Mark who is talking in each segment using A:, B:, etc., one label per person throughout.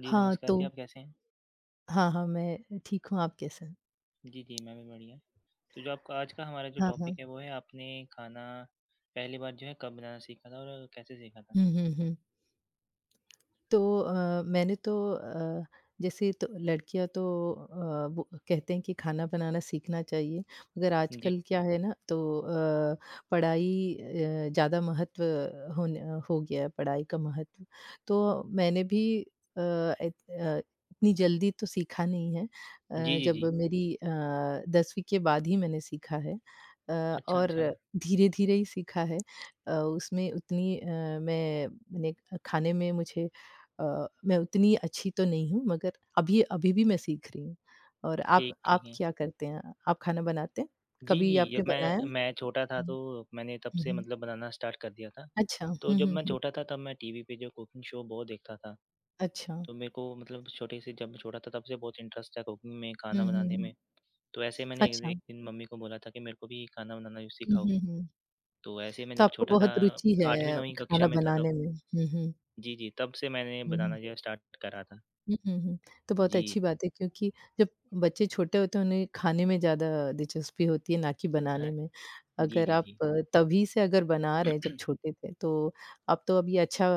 A: जी,
B: हाँ,
A: नमस्कार जी,
B: तो,
A: आप कैसे हैं?
B: हाँ, हाँ, मैं ठीक हूँ, आप कैसे हैं?
A: जी, जी, मैं भी बढ़िया। तो जो आपका आज का हमारा जो
B: हाँ, हाँ।
A: टॉपिक है वो है आपने खाना पहली बार जो है कब बनाना सीखा था और कैसे सीखा था?
B: हुँ, हुँ, हुँ। तो मैंने तो जैसे तो लड़कियां तो वो कहते हैं कि खाना बनाना सीखना चाहिए। मगर
A: जी।
B: आजकल क्या है ना, तो पढ़ाई ज़्यादा महत्व होने हो गया है पढ़ाई का महत्व। तो मैंने भी अ, इत- अ, इतनी जल्दी तो सीखा नहीं है।
A: जी, जी,
B: जब
A: जी।
B: मेरी दसवीं के बाद ही मैंने सीखा है। अ,
A: अच्छा,
B: और
A: अच्छा।
B: धीरे धीरे ही सीखा है। उसमें उतनी मैंने खाने में मुझे, मैं उतनी अच्छी तो नहीं हूँ, मगर अभी अभी भी मैं सीख रही हूँ। और आप
A: ठीक,
B: आप
A: ठीक है।
B: क्या करते हैं? आप खाना बनाते हैं?
A: जी, जी,
B: कभी आपने
A: जब
B: बनाया?
A: मैं छोटा था तो
B: हुँ,
A: मैंने तब
B: हुँ,
A: से
B: हुँ।
A: मतलब बनाना स्टार्ट कर दिया था।
B: अच्छा।
A: तो
B: हुँ,
A: जब
B: हुँ,
A: मैं
B: हुँ।
A: छोटा था तब मैं टीवी पे जो कुकिंग शो बहुत देखता था।
B: अच्छा।
A: तो मेरे को मतलब छोटे से जब मैं छोटा था तब से बहुत इंटरेस्ट था कुकिंग में, खाना
B: हुँ, हुँ,
A: बनाने
B: हुँ।
A: में। तो ऐसे मैंने एक
B: अच्छा।
A: एक दिन मम्मी को बोला था कि मेरे को भी खाना बनाना जो
B: हुँ,
A: सिखाओ।
B: हुँ, हुँ।
A: तो ऐसे मैं
B: तो
A: जब
B: आपको
A: छोटा था
B: बहुत रुचि है
A: 8वीं 9वीं कक्षा
B: खाना
A: में था तब।
B: बनाने में। हुँ, हुँ।
A: जी, जी, तब से मैंने
B: हुँ, हुँ।
A: बनाना जो है स्टार्ट करा था।
B: हुँ, हुँ, हुँ। तो बहुत
A: जी।
B: अच्छी बात है, क्योंकि जब बच्चे छोटे होते हैं उन्हें खाने में ज़्यादा दिलचस्पी होती है, ना कि बनाने
A: अह,
B: में।
A: जी,
B: अगर
A: जी,
B: आप
A: जी।
B: तभी से अगर बना रहे हैं जब छोटे थे, तो आप तो अभी अच्छा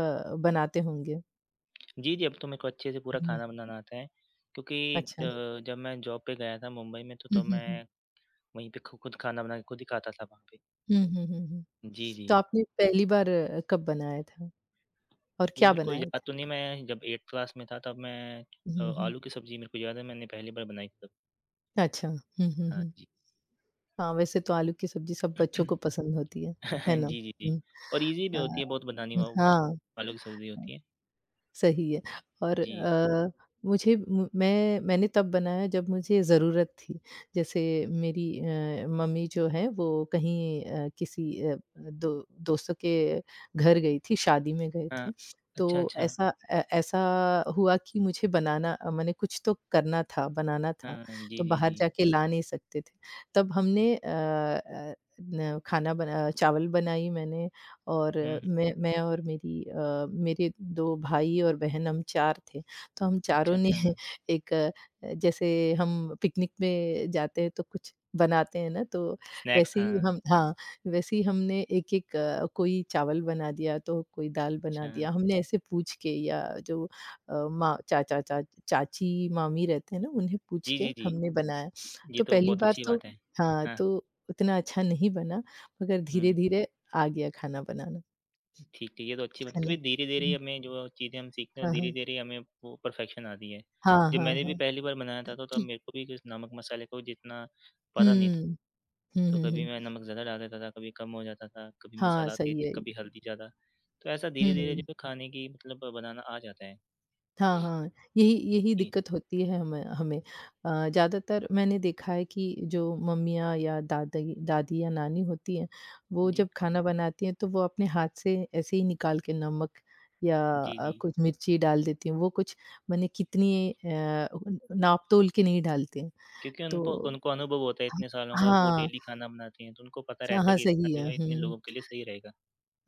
B: बनाते होंगे।
A: जी, जी, अब तो मेरे को अच्छे से पूरा
B: हुँ,
A: खाना बनाना आता है क्योंकि
B: अच्छा।
A: जब मैं जॉब पे गया था मुंबई में तो
B: हुँ,
A: तब
B: हुँ, हुँ।
A: मैं वहीं पे खु खुद खाना बना के खुद ही खाता था वहाँ पे।
B: हुँ, हुँ, हुँ, हुँ।
A: जी, जी।
B: तो आपने पहली बार कब बनाया था और
A: जी,
B: क्या
A: मेरे को
B: बनाए
A: याद
B: थे?
A: तो नहीं मैं जब 8th क्लास में था तब मैं
B: हुँ, हुँ।
A: आलू की सब्ज़ी मेरे को याद है मैंने पहली बार बनाई थी तब।
B: अच्छा। हुँ, हुँ,
A: हाँ
B: हुँ।
A: जी।
B: हाँ, वैसे तो आलू की सब्ज़ी सब बच्चों को पसंद होती है ना?
A: जी, जी, जी।
B: हुँ,
A: और ईज़ी भी होती
B: हाँ।
A: है बहुत बनानी वा वो आलू की सब्ज़ी
B: हाँ।
A: होती है।
B: सही है। और
A: जी।
B: अ, मुझे मु मैं मैंने तब बनाया जब मुझे ज़रूरत थी। जैसे मेरी मम्मी जो है वो कहीं किसी दो दोस्तों के घर गई थी, शादी में गए
A: हाँ।
B: थे। तो
A: अच्छा, अच्छा।
B: ऐसा हुआ कि मुझे बनाना, मैंने कुछ तो करना था, बनाना था,
A: हाँ,
B: तो
A: जी, जी,
B: बाहर
A: जी।
B: जाके ला नहीं सकते थे। तब हमने अ अ, न खाना बना चावल बनाई मैंने। और
A: हुँ, हुँ।
B: मैं और मेरे 2 भाई और बहन हम 4 थे। तो हम
A: अच्छा,
B: चारों ने
A: अच्छा।
B: एक, जैसे हम पिकनिक में जाते हैं तो कुछ बनाते हैं ना, तो
A: स्नैक्स
B: वैसे ही
A: हाँ,
B: हम, हाँ, वैसे ही हमने एक-एक, कोई चावल बना दिया तो कोई दाल बना
A: अच्छा।
B: दिया। हमने ऐसे पूछ के, या जो माँ, चाचा चा चाची, मामी रहते हैं ना, उन्हें पूछ
A: जी,
B: के
A: जी, जी।
B: हमने बनाया।
A: ये
B: तो
A: तो
B: पहली
A: बहुत
B: बार
A: अच्छी
B: तो,
A: बात है।
B: हाँ,
A: हाँ,
B: तो उतना अच्छा नहीं बना, मगर
A: हुँ, हुँ।
B: धीरे-धीरे आ गया खाना बनाना,
A: ठीक है, ये तो अच्छी बात है
B: है ना?
A: क्योंकि धीरे-धीरे
B: हुँ,
A: हमें जो चीज़ें हम सीखते हैं,
B: हाँ, हाँ।
A: धीरे-धीरे हमें वो परफेक्शन आती है।
B: हाँ,
A: जब
B: हाँ,
A: मैंने भी
B: हाँ।
A: पहली बार बनाया था तो तब मेरे को भी इस नमक मसाले को जितना पता नहीं था।
B: हुँ। हुँ,
A: तो
B: हुँ,
A: कभी
B: हुँ।
A: मैं नमक ज़्यादा डाल देता था, कभी कम हो जाता था, कभी
B: हाँ,
A: मसाला
B: सही
A: तेज़,
B: है।
A: कभी हल्दी ज़्यादा। तो ऐसा धीरे-धीरे जो
B: हुँ।
A: है खाने की मतलब बनाना आ जाता है।
B: हाँ, हाँ। यही यही
A: जी,
B: दिक्कत होती है हमें हमें। ज़्यादातर मैंने देखा है कि जो मम्मियाँ या दादी दादी या नानी होती हैं, वो
A: जी,
B: जब खाना बनाती हैं तो वो अपने हाथ से ऐसे ही निकाल के नमक या
A: जी, जी।
B: कुछ मिर्ची डाल देती हैं। वो कुछ माने कितनी, नाप-तोल के नहीं डालती हैं।
A: क्योंकि उनको
B: तो
A: उनको अनुभव होता है इतने सालों का, वो
B: हाँ,
A: डेली खाना बनाती हैं, तो उनको पता
B: स
A: रहता है
B: हाँ,
A: कि इतना
B: सही है।
A: जो है इतने
B: हुँ।
A: लोगों के लिए सही रहेगा।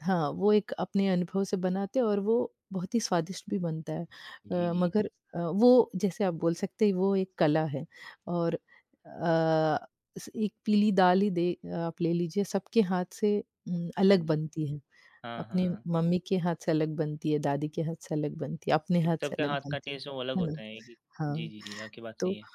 B: हाँ, वो एक अपने अनुभव से बनाते हैं और वो बहुत ही स्वादिष्ट भी बनता है।
A: जी, जी।
B: मगर वो, जैसे आप बोल सकते हैं, वो एक कला है। और अ, स एक पीली दाल ही, दे आप ले लीजिए सबके हाथ से,
A: हाँ
B: अलग
A: जी।
B: बनती है।
A: हाँ, हाँ,
B: अपने
A: हाँ।
B: मम्मी के हाथ से अलग बनती है, दादी के हाथ से अलग बनती है, अपने
A: कि
B: हाथ से
A: सबके
B: अलग
A: हाथ का
B: बनती
A: टेस्ट वो अलग
B: है। है ना?
A: होता है कि जी,
B: हाँ,
A: जी, जी, आपकी बात
B: तो
A: सही है।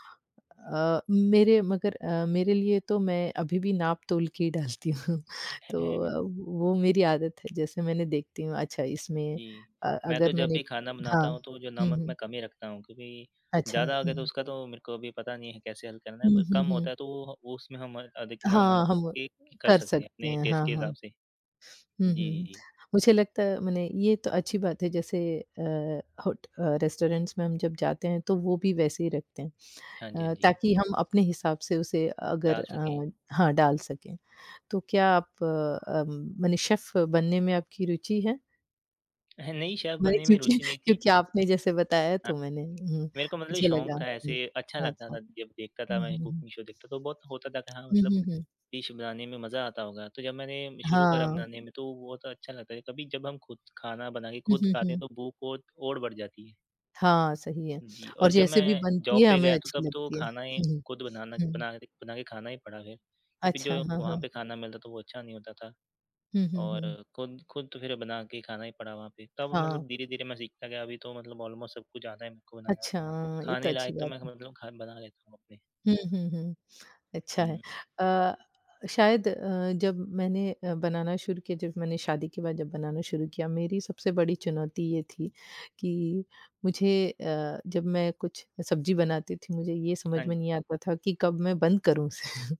B: मेरे लिए तो मैं अभी भी नाप-तोल के ही डालती हूँ। तो अ, वो मेरी आदत है। जैसे मैंने देखती हूँ अच्छा इसमें,
A: जी, मैं तो
B: अगर
A: जब
B: मैंने,
A: भी खाना बनाता
B: हाँ।
A: हूँ, तो जो
B: हुँ,
A: नमक मैं
B: हुँ।
A: कम ही रखता हूँ क्योंकि
B: अच्छा।
A: ज़्यादा आ
B: हुँ।
A: गया तो उसका तो मेरे को अभी पता नहीं है कैसे हल करना है,
B: हुँ,
A: पर
B: हुँ,
A: कम
B: हुँ।
A: होता है तो वो उसमें हम अधिक न
B: हाँ,
A: नमक
B: हम
A: के कर
B: कर
A: सकते हैं
B: सकते
A: अपने
B: हैं।
A: टेस्ट
B: हाँ,
A: के
B: हाँ।
A: हिसाब से। जी,
B: हुँ, हुँ,
A: जी,
B: हुँ।
A: जी।
B: मुझे लगता है मने ये तो अच्छी बात है। जैसे रेस्टोरेंट्स में हम जब जाते हैं तो वो भी वैसे ही रखते
A: हाँ जी,
B: हैं,
A: हाँ जी।
B: ताकि हम अपने हिसाब से उसे, अगर,
A: डाल सकें।
B: हाँ, डाल सकें। तो क्या आप, अम, माने, शेफ़ बनने में आपकी रुचि है?
A: नई शेफ़
B: माने,
A: बनने में
B: क्योंकि
A: रुचि नहीं थी।
B: क्योंकि आपने जैसे बताया, तो मैंने,
A: मेरे को मतलब
B: मुझे
A: शौक
B: लगा।
A: था
B: हुँ,
A: ऐसे अच्छा लगता
B: अच्छा।
A: था जब देखता था
B: हुँ,
A: मैं
B: हुँ, हुँ।
A: कुकिंग शो देखता तो बहुत होता था कि हाँ
B: हुँ,
A: मतलब
B: हुँ, हुँ।
A: डिश बनाने में मज़ा आता होगा। तो जब मैंने शुरू करा
B: हाँ।
A: बनाने में तो वो तो अच्छा लगता है। कभी जब हम खुद खाना बना के
B: हुँ,
A: खुद
B: हुँ,
A: खाते हैं
B: हुँ।
A: तो भूख और बढ़ जाती है।
B: हाँ, सही है,
A: जी,
B: और
A: और जब
B: जैसे भी
A: मैं
B: बनती
A: जॉब
B: है
A: पे
B: हमें
A: गया तो
B: अच्छी
A: तब तो
B: लगती है।
A: खाना ही
B: हुँ,
A: खुद
B: हुँ, हुँ।
A: बना के खाना ही पड़ा फिर। क्योंकि जो
B: अच्छा, हाँ,
A: वहाँ
B: हाँ।
A: पे खाना मिलता था वो अच्छा नहीं होता था
B: हुँ, हुँ,
A: और
B: हुँ।
A: खुद खुद तो फिर बना के खाना ही पड़ा वहाँ पे। तब
B: हाँ,
A: मतलब धीरे-धीरे मैं सीखता गया अभी तो मतलब ऑलमोस्ट सब कुछ आता है मेरे को बनाना।
B: अच्छा, ये तो
A: खाने
B: अच्छी
A: लायक तो
B: बात
A: मैं
B: है।
A: मतलब खा बना लेता हूँ अपने।
B: हुँ, हुँ, हुँ। अच्छा है।
A: हुँ,
B: अ, शायद जब मैंने बनाना शुरू किया, जब मैंने शादी के बाद जब बनाना शुरू किया, मेरी सबसे बड़ी चुनौती ये थी कि मुझे, जब मैं कुछ सब्ज़ी बनाती थी, मुझे ये
A: हाँ
B: समझ में
A: जी।
B: नहीं आता था कि कब मैं बंद करूँ उसे।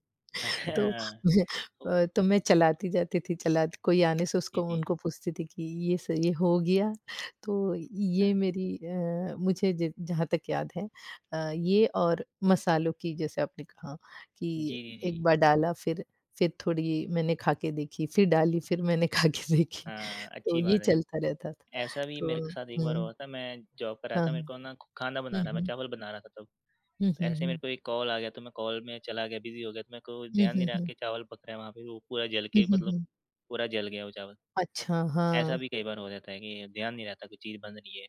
B: तो
A: ओह!
B: तो मैं चलाती जाती थी, चलाती, कोई आने से
A: जी,
B: उसको
A: जी।
B: उनको पूछती थी कि ये हो गया? तो ये
A: हाँ।
B: मेरी अ, मुझे ज जहाँ तक याद है, ये, और मसालों की, जैसे आपने कहा कि
A: जी, जी, जी।
B: एक बार डाला फिर थोड़ी मैंने खा के देखी, फिर डाली, फिर मैंने खा के देखी।
A: हाँ,
B: तो
A: अच्छी
B: ये
A: बात है ये।
B: चलता रहता था।
A: ऐसा भी मेरे के
B: तो
A: साथ एक बार
B: हुँ,
A: हुआ था, मैं जॉब कर रहा था, मेरे
B: हाँ।
A: को ना खाना
B: हुँ,
A: बना रहा मैं
B: हुँ।
A: चावल बना रहा था तब।
B: हुँ,
A: तो
B: हुँ,
A: ऐसे ही मेरे
B: हुँ।
A: को एक कॉल आ गया तो मैं कॉल में चला गया, बिज़ी हो गया तो मेरे को
B: हुँ,
A: ध्यान नहीं
B: हुँ,
A: रहा
B: हुँ।
A: कि चावल पक रहा है वहाँ पे, वो पूरा जल
B: हुँ,
A: के
B: हुँ,
A: मतलब
B: हुँ।
A: पूरा जल गया वो चावल।
B: अच्छा,
A: ऐसा
B: हाँ।
A: भी कई बार हो जाता है कि ध्यान नहीं रहता कोई चीज़ बन रही है।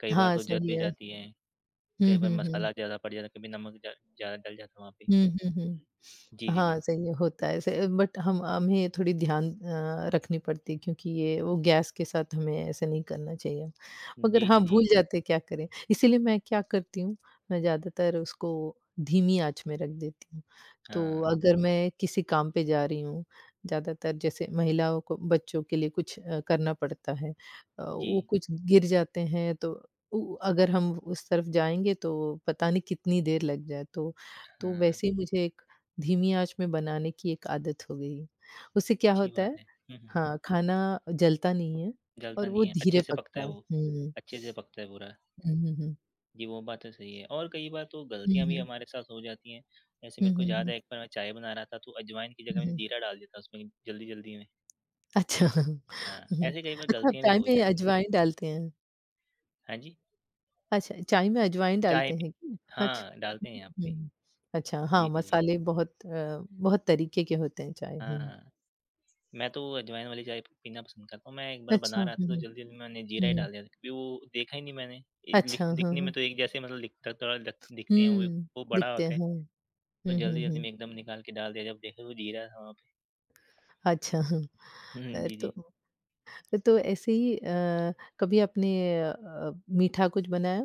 A: कई बार
B: हाँ,
A: तो जल
B: सही
A: भी
B: है।
A: जाती है,
B: हुँ,
A: कई बार
B: हुँ, हुँ।
A: मसाला ज़्यादा पड़ जाता है, कभी नमक ज़्यादा डल जाता है वहाँ पे।
B: हुँ, हुँ, हुँ।
A: जी, जी, जी।
B: हाँ, सही है, होता है ऐसे, बट हम हमें थोड़ी ध्यान, रखनी पड़ती है, क्योंकि ये वो गैस के साथ हमें ऐसे नहीं करना चाहिए। मगर
A: जी,
B: हाँ,
A: जी, जी।
B: भूल जाते हैं, क्या करें? इसीलिए मैं क्या करती हूँ, मैं ज़्यादातर उसको धीमी आँच में रख देती हूँ। तो
A: हाँ,
B: अगर मैं किसी काम पे जा रही हूँ, ज़्यादातर जैसे महिलाओं को बच्चों के लिए कुछ, करना पड़ता है।
A: जी,
B: वो कुछ गिर जाते हैं तो उ अगर हम उस तरफ जाएँगे तो पता नहीं कितनी देर लग जाए। तो
A: हाँ,
B: वैसे ही मुझे धीमी आँच में बनाने की एक आदत हो गई है। उससे क्या
A: अच्छी
B: होता
A: बात
B: है,
A: है। हुँ, हुँ, हुँ।
B: हाँ, खाना जलता नहीं है,
A: जलता
B: और वो
A: नहीं है,
B: धीरे
A: अच्छे से पकता
B: पकता
A: है
B: है।
A: वो,
B: हुँ,
A: अच्छे से पकता है पूरा।
B: हुँ, हुँ, हुँ।
A: जी, वो बात तो सही है और कई बार तो
B: हुँ,
A: गलतियाँ भी
B: हुँ।
A: हमारे साथ हो जाती हैं। जैसे
B: हुँ,
A: मेरे को
B: हुँ,
A: याद
B: हुँ।
A: है एक बार मैं चाय बना रहा था तो अजवाइन की जगह
B: हुँ,
A: मैंने
B: हुँ।
A: जीरा डाल दिया था उसमें जल्दी-जल्दी में।
B: अच्छा। हुँ,
A: हाँ,
B: हुँ।
A: ऐसे कई बार
B: अच्छा, आप
A: गलतियाँ भी
B: चाय
A: हो
B: में
A: जाती हैं।
B: अजवाइन डालते हैं?
A: हाँ जी,
B: अच्छा, चाय में अजवाइन
A: चाय
B: डालते
A: में
B: हैं क्या? अच्छा।
A: हाँ, डालते हैं यहाँ पे।
B: हुँ। अच्छा, हाँ,
A: जी, जी, जी।
B: मसाले बहुत तरीके के होते हैं चाय।
A: हाँ,
B: हुँ।
A: हाँ। मैं तो अजवाइन वाली चाय पीना पसंद करता हूँ। मैं एक बार
B: अच्छा।
A: बना
B: हुँ,
A: रहा था तो
B: हुँ।
A: जल्दी-जल्दी में मैंने
B: हुँ,
A: जीरा ही
B: हुँ।
A: डाल दिया था क्योंकि वो देखा ही नहीं मैंने। लिख
B: अच्छा, हाँ,
A: दिखने
B: हाँ।
A: में तो एक जैसे मतलब दिखता थोड़ा लग दिखते हैं वो
B: हुँ,
A: वो बड़ा
B: दिखते
A: होता
B: हैं।
A: है।
B: हुँ,
A: तो
B: हुँ, हुँ।
A: जल्दी-जल्दी
B: हुँ।
A: में एकदम निकाल के डाल दिया जब देखा तो जीरा था वहाँ पे।
B: अच्छा, हाँ।
A: हुँ,
B: अ,
A: जी,
B: तो
A: जी।
B: तो ऐसे ही, कभी आपने, अ, मीठा कुछ बनाया?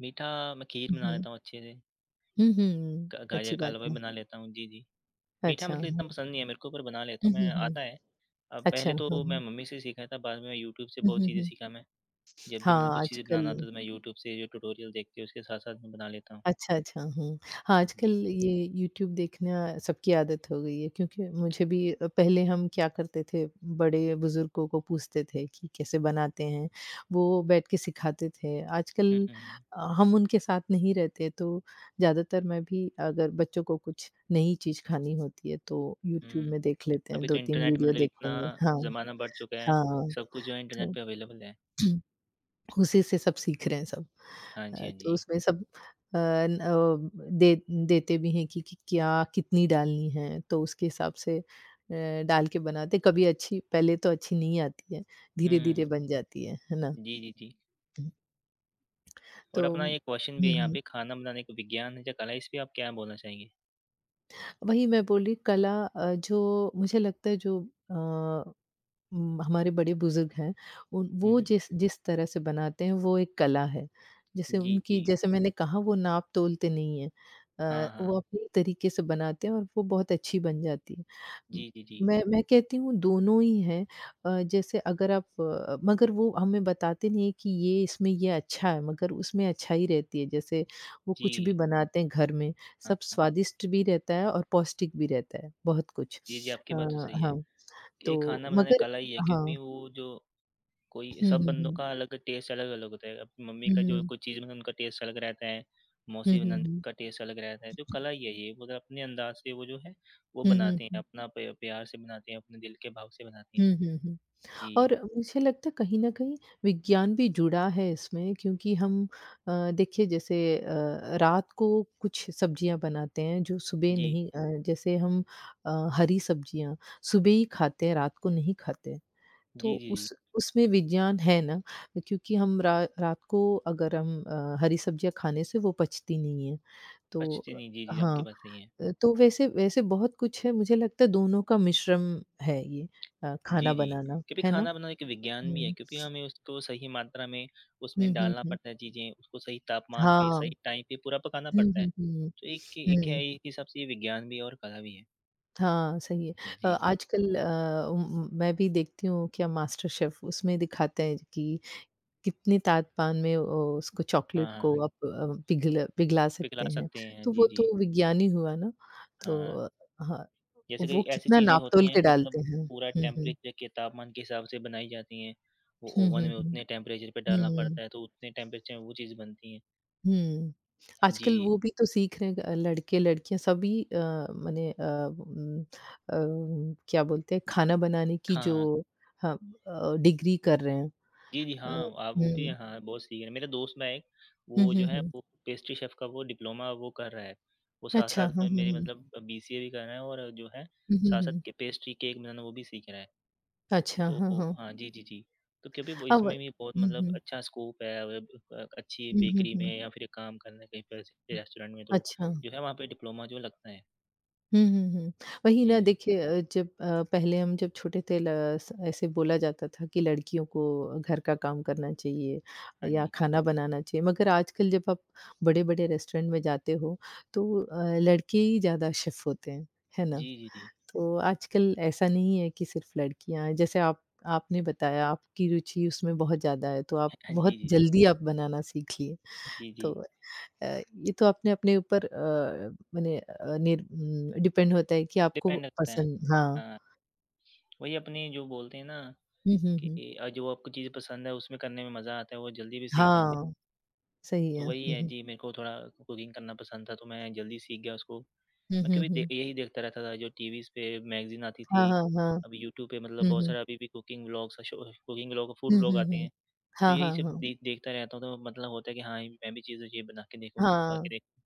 A: मीठा मैं खीर
B: हुँ,
A: बना
B: हुँ।
A: लेता हूँ अच्छे से,
B: हुँ, हुँ।
A: ग
B: अच्छी
A: गाजर का
B: बात
A: हलवा
B: है।
A: भी बना लेता हूँ। जी, जी। मीठा
B: अच्छा।
A: मतलब इतना पसंद नहीं है मेरे को पर बना लेता
B: हुँ,
A: हूँ मैं,
B: हुँ, हुँ।
A: आता है। अब
B: अच्छा।
A: पहले
B: हुँ,
A: तो मैं
B: हुँ।
A: मम्मी से सीखा था बाद में यूट्यूब से
B: हुँ,
A: बहुत
B: हुँ,
A: चीज़ें
B: हुँ।
A: सीखा मैं। जब भी मतलब
B: हाँ,
A: कुछ चीज़ें
B: आजकल,
A: बनाना होता है तो मैं यूट्यूब से जो ट्यूटोरियल देख के उसके साथ-साथ में बना लेता हूँ।
B: अच्छा, अच्छा, हुँ। हाँ, आजकल
A: जी।
B: ये यूट्यूब देखना सबकी आदत हो गई है, क्योंकि मुझे भी, पहले हम क्या करते थे, बड़े बुज़ुर्गों को पूछते थे कि कैसे बनाते हैं, वो बैठ के सिखाते थे।
A: हुँ,
B: आजकल,
A: हुँ, हुँ।
B: हम उनके साथ नहीं रहते, तो ज़्यादातर मैं भी, अगर बच्चों को कुछ नई चीज़ खानी होती है, तो यूट्यूब
A: हुँ,
B: में देख लेते हैं,
A: अभी तो
B: 2-3
A: इंटरनेट
B: वीडियो
A: मतलब
B: देख
A: इतना
B: लेंगे। हाँ,
A: ज़माना बढ़ चुका है,
B: हाँ,
A: सब कुछ जो है इंटरनेट
B: तो
A: पे अवेलेबल है।
B: उसी से सब सीख रहे हैं सब।
A: हाँ जी, हाँ
B: तो
A: जी।
B: उसमें सब, अ, न अ, दे देते भी हैं कि क्या कितनी डालनी है, तो उसके हिसाब से, डाल के बनाते। कभी अच्छी, पहले तो अच्छी नहीं आती है, धीरे-धीरे
A: हुँ,
B: बन जाती है ना?
A: जी, जी, जी। और
B: तो
A: अपना
B: हुँ,
A: ये क्वेश्चन भी है यहाँ
B: हुँ।
A: पे खाना बनाने का विज्ञान है या कला है, इस पे आप क्या बोलना चाहेंगे?
B: वही मैं बोल रही कला, जो मुझे लगता है, जो अ हमारे बड़े बुज़ुर्ग हैं, उन
A: हुँ,
B: वो
A: हुँ।
B: जिस जिस तरह से बनाते हैं वो एक कला है। जैसे
A: जी,
B: उनकी,
A: जी।
B: जैसे मैंने कहा, वो नाप-तोलते नहीं हैं।
A: हाँ, हाँ।
B: वो अपने तरीके से बनाते हैं और वो बहुत अच्छी बन जाती है। उम,
A: जी, जी, जी।
B: मैं कहती हूँ दोनों ही हैं, जैसे अगर आप, मगर वो हमें बताते नहीं हैं कि ये इसमें ये अच्छा है, मगर उसमें अच्छाई रहती है। जैसे वो कुछ भी
A: जी,
B: बनाते हैं घर में,
A: हाँ,
B: सब
A: हाँ।
B: स्वादिष्ट भी रहता है और पौष्टिक भी रहता है, बहुत कुछ।
A: जी, जी,
B: अ,
A: आपकी बात तो सही है।
B: हाँ।
A: ये
B: तो
A: खाना बनाने
B: मगर,
A: कला ही है क्योंकि
B: हाँ।
A: वो जो कोई
B: हुँ,
A: सब
B: हुँ,
A: बंदों
B: हुँ।
A: का अलग टेस्ट अलग-अलग होता है। अब मम्मी
B: हुँ,
A: का जो
B: हुँ।
A: कोई चीज़ में उनका टेस्ट अलग रहता है,
B: हुँ,
A: मौसी
B: हुँ,
A: नंद
B: हुँ।
A: का टेस्ट अलग रहता है, तो कला यही है, मतलब अपने अंदाज़ से वो जो है, वो
B: हुँ, हुँ,
A: बनाते हैं,
B: हुँ।
A: अपना प प्यार से बनाते हैं, अपने दिल के भाव से बनाती हैं।
B: हुँ, हुँ, हुँ। और
A: जी,
B: मुझे लगता है कहीं न कहीं विज्ञान भी जुड़ा है इसमें, क्योंकि हम, देखिए जैसे, रात को कुछ सब्जियाँ बनाते हैं जो सुबह
A: जी,
B: नहीं, जैसे हम, अ, हरी सब्जियाँ सुबह ही खाते हैं, रात को नहीं खाते।
A: जी,
B: तो
A: जी, जी।
B: उस उसमें विज्ञान है ना, क्योंकि हम रा रात को अगर हम, हरी सब्जियाँ खाने से वो पचती नहीं है। तो
A: पश्चिमी जी, जी, आपकी
B: हाँ।
A: बात सही है।
B: तो वैसे वैसे बहुत कुछ है, मुझे लगता है दोनों का मिश्रण है ये, खाना
A: जी, जी,
B: बनाना,
A: क्योंकि
B: है ना?
A: खाना बनाना एक विज्ञान भी है,
B: हुँ।
A: क्योंकि हमें उसको सही मात्रा में
B: हुँ,
A: उसमें
B: हुँ,
A: डालना
B: हुँ।
A: पड़ता है चीज़ें, उसको सही तापमान पे, सही
B: हाँ।
A: टाइम पे पूरा पकाना
B: हुँ,
A: पड़ता है।
B: हुँ, हुँ।
A: तो एक एक है,
B: हुँ।
A: एक हिसाब से ये विज्ञान भी है और कला भी है।
B: हाँ, सही है।
A: जी, जी।
B: आजकल, मैं भी देखती हूँ क्या मास्टर शेफ उसमें दिखाते हैं कि कितने तापमान में, उसको
A: हाँ,
B: चॉकलेट
A: हाँ।
B: को
A: हाँ।
B: आप, पिघला
A: पिघला
B: सकते हैं।
A: सकते हैं।
B: तो वो
A: जी, जी।
B: तो विज्ञान ही हुआ ना,
A: हाँ,
B: तो हाँ,
A: जैसे कई
B: वो
A: ऐसी
B: कितना
A: चीज़ें होती
B: नाप-तोल
A: हैं
B: के डालते
A: मतलब
B: हैं।
A: पूरा
B: हुँ, हुँ।
A: टेम्परेचर के तापमान के हिसाब से बनाई जाती हैं। वो
B: हुँ,
A: ओवन
B: हुँ,
A: में
B: हुँ।
A: उतने टेम्परेचर पे डालना
B: हुँ।
A: पड़ता है, तो उतने टेम्परेचर में वो चीज़ बनती हैं।
B: हुँ। आजकल
A: जी,
B: वो भी तो सीख रहे हैं, लड़के-लड़कियाँ सभी, अ, मने अ, उम, अ, म, क्या बोलते हैं खाना बनाने की जो,
A: हाँ।
B: हाँ, डिग्री कर रहे हैं।
A: जी, जी,
B: अ,
A: हाँ, आप वो भी
B: हुँ।
A: हाँ, बहुत सीख रहे हैं। मेरा दोस्त ना एक,
B: हुँ,
A: वो जो
B: हुँ,
A: है
B: हुँ।
A: वो पेस्ट्री शेफ़ का वो डिप्लोमा वो कर रहा है। वो
B: अच्छा।
A: साथ-साथ
B: हुँ,
A: में
B: हुँ,
A: मेरे
B: हुँ।
A: मतलब बीसीए भी कर रहा है और जो है
B: हुँ, हुँ,
A: साथ-साथ
B: हुँ।
A: के पेस्ट्री केक बनाना वो भी सीख रहा है।
B: अच्छा।
A: तो
B: हाँ, हाँ।
A: हाँ, जी, जी, जी। तो क्योंकि वो
B: अब,
A: इसमें भी बहुत
B: हुँ,
A: मतलब
B: हुँ।
A: अच्छा स्कोप है अब अच्छी
B: हुँ, हुँ,
A: बेकरी
B: हुँ।
A: में या फिर काम करना कहीं पर ऐसे रेस्टोरेंट में तो
B: अच्छा। हाँ।
A: जो है वहाँ पे डिप्लोमा जो लगता है।
B: हुँ, हुँ, हुँ। वही
A: जी,
B: ना
A: जी।
B: देखिए, जब पहले हम जब छोटे थे ल स ऐसे बोला जाता था कि लड़कियों को घर का काम करना चाहिए
A: हाँ
B: या
A: जी।
B: खाना बनाना चाहिए। मगर आजकल जब आप बड़े-बड़े रेस्टोरेंट में जाते हो तो लड़के ही ज़्यादा शेफ़ होते हैं, है ना?
A: जी, जी, जी।
B: तो आजकल ऐसा नहीं है कि सिर्फ़ लड़कियाँ हैं। जैसे आप आपने बताया आपकी रुचि उसमें बहुत ज़्यादा है, तो आप
A: हाँ,
B: बहुत
A: जी, जी, जी।
B: जल्दी आप बनाना सीख लिए।
A: जी, जी।
B: तो अ, ये तो आपने अपने ऊपर, मने, डिपेंड होता है कि आपको
A: डिपेंड रखता है।
B: पसंद, हाँ।
A: हाँ, वही अपनी जो बोलते हैं ना
B: हुँ, हुँ,
A: कि
B: हुँ।
A: जो आपको चीज़ें पसंद है उसमें करने में मज़ा आता है, वो जल्दी भी सीख जाते हैं।
B: हाँ, सही है।
A: तो वही
B: हुँ,
A: है
B: हुँ।
A: जी, मेरे को थोड़ा कुकिंग करना पसंद था तो मैं जल्दी सीख गया उसको।
B: हुँ,
A: मैं
B: हुँ,
A: कभी दे
B: हुँ।
A: यही देखता रहता था जो टीवीज़ पे मैगज़ीन आती थी।
B: हाँ, हाँ, हाँ।
A: अब यूट्यूब पे मतलब
B: हुँ,
A: बहुत
B: हुँ।
A: सारा अभी भी कुकिंग व्लॉग्स का शो कुकिंग व्लॉग, फूड
B: हुँ,
A: व्लॉग
B: हुँ,
A: आते
B: हुँ।
A: हैं। तो
B: हाँ,
A: यही
B: हाँ,
A: सब
B: हाँ।
A: देखता रहता हूँ तो मतलब होता है कि हाँ, मैं भी चीज़ें ये बना के देखूँ, इसको खा के
B: हाँ।
A: देखूँ।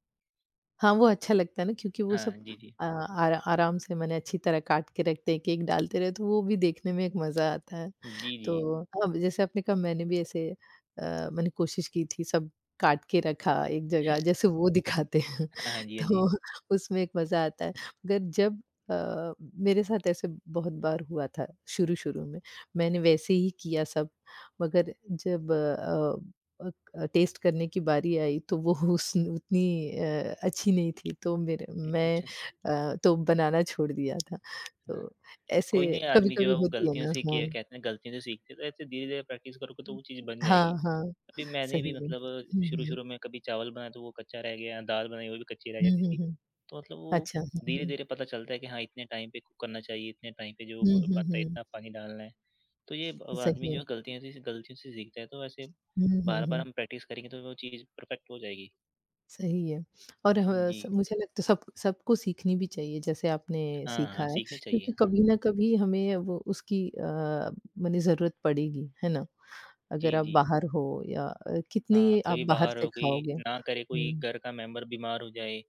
B: हाँ, वो अच्छा लगता है ना, क्योंकि वो सब,
A: हाँ, जी, जी।
B: आराम से माने अच्छी तरह काट के रखते हैं, केक डालते रहे तो वो भी देखने में एक मज़ा आता है।
A: जी, जी।
B: तो अब जैसे आपने कहा, मैंने भी ऐसे, मैंने कोशिश की थी सब काट के रखा एक जगह जैसे वो दिखाते हैं
A: हाँ जी, हाँ जी।
B: तो उसमें एक मज़ा आता है। मगर जब, अ, मेरे साथ ऐसे बहुत बार हुआ था शुरू-शुरू में, मैंने वैसे ही किया सब, मगर जब टेस्ट करने की बारी आई तो वो उस उतनी, अच्छी नहीं थी, तो
A: हुँ,
B: मैं
A: अच्छा,
B: तो बनाना छोड़ दिया था।
A: हाँ।
B: तो ऐसे
A: कोई नहीं आदमी जो
B: कभी-कभी
A: है वो
B: होती है
A: गलतियों
B: ना,
A: से
B: हाँ।
A: किया कहते हैं गलतियों से सीखते हैं, तो ऐसे धीरे-धीरे प्रैक्टिस करोगे तो वो चीज़ बन जाएगी।
B: हाँ, हाँ,
A: अभी मैंने भी
B: सही है।
A: मतलब
B: हुँ, हुँ।
A: शुरू-शुरू में कभी चावल बनाया तो वो कच्चा रह गया, दाल बनाई वो भी कच्ची रह
B: हुँ,
A: जाती
B: हुँ,
A: थी।
B: हुँ।
A: तो मतलब वो
B: अच्छा, हुँ, हुँ।
A: धीरे-धीरे पता चलता है कि हाँ, इतने टाइम पे कुक करना चाहिए, इतने टाइम पे जो
B: हुँ,
A: ब
B: हुँ,
A: बनता है
B: हुँ।
A: इतना पानी डालना है। तो ये अब
B: सही
A: आदमी
B: है।
A: जो है गलतियाँ से गलतियों से सीखता है तो ऐसे
B: हुँ, हुँ,
A: बार-बार
B: हुँ।
A: हम प्रैक्टिस करेंगे तो वो चीज़ परफेक्ट हो जाएगी।
B: सही है। और ह
A: जी।
B: स मुझे लगता है सब सबको सीखनी भी चाहिए, जैसे आपने
A: हाँ,
B: सीखा
A: हाँ,
B: है,
A: सीखनी चाहिए।
B: क्योंकि
A: हाँ।
B: कभी न कभी हमें वो उसकी, माने, ज़रूरत पड़ेगी, है ना? अगर
A: जी,
B: आप
A: जी।
B: बाहर हो या,
A: हाँ,
B: कितनी आप
A: कभी
B: बाहर
A: बाहर
B: से
A: हो, कोई
B: खाओगे?
A: ना करे कोई
B: हुँ,
A: घर का मेंबर बीमार हो जाए,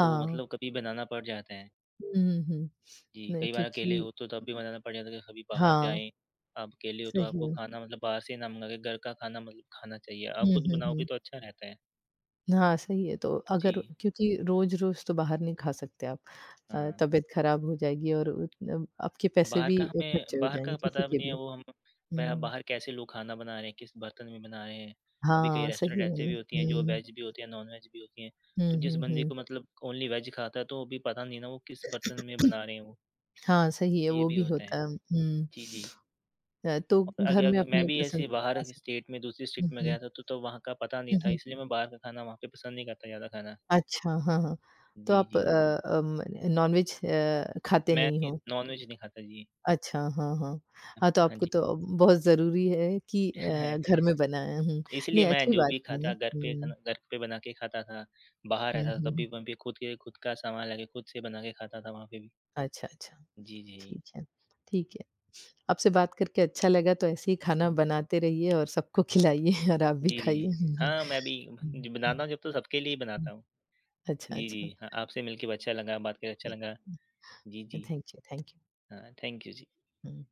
A: तो मतलब कभी बनाना पड़ जाता है।
B: हुँ, हुँ, हुँ।
A: जी,
B: नहीं,
A: कई बार अकेले
B: क्योंकि,
A: हो तो तब भी मनाना पड़ जाता है कि कभी बाहर
B: हाँ,
A: जाएँ, आप अकेले हो तो
B: सही
A: आपको
B: है।
A: खाना मतलब बाहर से ना मँगा के घर का खाना मतलब खाना चाहिए। आप
B: हुँ,
A: खुद
B: हुँ,
A: बनाओगे
B: हुँ।
A: तो अच्छा रहता है।
B: हाँ, सही है, तो अगर,
A: जी,
B: क्योंकि रोज़-रोज़ तो बाहर नहीं खा सकते आप।
A: हाँ,
B: तबीयत खराब हो जाएगी, और उतने आपके पैसे
A: बाहर
B: भी,
A: का
B: खर्चे
A: हमें
B: हो
A: बाहर
B: जाएँगे
A: का
B: किसी
A: पता भी
B: के
A: नहीं
B: भी।
A: है वो हम बह
B: हुँ,
A: बाहर कैसे लोग खाना बना रहे हैं, किस बर्तन में बना रहे हैं। अभी कई
B: हाँ, सही
A: रेस्टोरेंट
B: है
A: ऐसे
B: ना।
A: भी होती हैं जो
B: हुँ।
A: वेज भी होती हैं, नॉन-वेज भी होती हैं।
B: हुँ,
A: तो जिस
B: हुँ,
A: बंदे
B: हुँ।
A: को मतलब ओनली वेज खाता है तो वो भी पता नहीं ना वो किस बर्तन में बना रहे हैं वो,
B: हाँ, सही है,
A: ये
B: वो
A: भी
B: भी
A: होता
B: होता
A: है।
B: है। हुँ।
A: जी, जी।
B: तो
A: और
B: घर
A: आगे
B: में
A: आगे मैं
B: अपने
A: भी
B: पसंद
A: ऐसे
B: से बना
A: बाहर के
B: सकते।
A: स्टेट में दूसरी स्टेट
B: हुँ,
A: में
B: हुँ।
A: गया था तो वहाँ का पता नहीं
B: हुँ,
A: था
B: हुँ।
A: इसलिए मैं बाहर का खाना वहाँ पे पसंद नहीं करता ज़्यादा खाना।
B: अच्छा, हाँ, हाँ। तो
A: जी,
B: आप,
A: जी।
B: अम, नॉनवेज खाते
A: मैं
B: नहीं
A: नहीं
B: हो?
A: नॉन-वेज नहीं खाता जी।
B: अच्छा, हाँ, हाँ। हाँ, तो
A: हाँ
B: आपको
A: जी।
B: तो बहुत ज़रूरी है कि, घर में बनाएँ। हुँ।
A: इसलिए
B: नहीं,
A: मैं
B: अच्छी
A: जो
B: बात
A: भी
B: है ना।
A: खाता घर पे
B: हुँ।
A: खाना घर पे बना के खाता था। बाहर
B: हुँ,
A: रहता था
B: हुँ,
A: तब
B: हुँ।
A: भी वहाँ पे खुद के खुद का सामान लाके खुद से बना के खाता था वहाँ पे भी।
B: अच्छा, अच्छा।
A: जी, जी।
B: ठीक है, ठीक है। आपसे बात करके अच्छा लगा, तो ऐसे ही खाना
A: हुँ।
B: बनाते रहिए और सबको खिलाइए और आप भी
A: जी,
B: खाइए।
A: जी।
B: हुँ, हुँ।
A: हाँ, मैं भी
B: हुँ,
A: जो
B: हुँ,
A: बनाता हूँ जब तो सबके लिए ही
B: हुँ।
A: बनाता हूँ।
B: अच्छा,
A: जी,
B: अच्छा।
A: जी। हाँ, आपसे मिलके भी अच्छा लगा, बात करके अच्छा
B: हुँ,
A: लगा। जी,
B: हुँ।
A: जी।
B: Thank you, thank you.
A: हाँ, थैंक यू जी।
B: हुँ।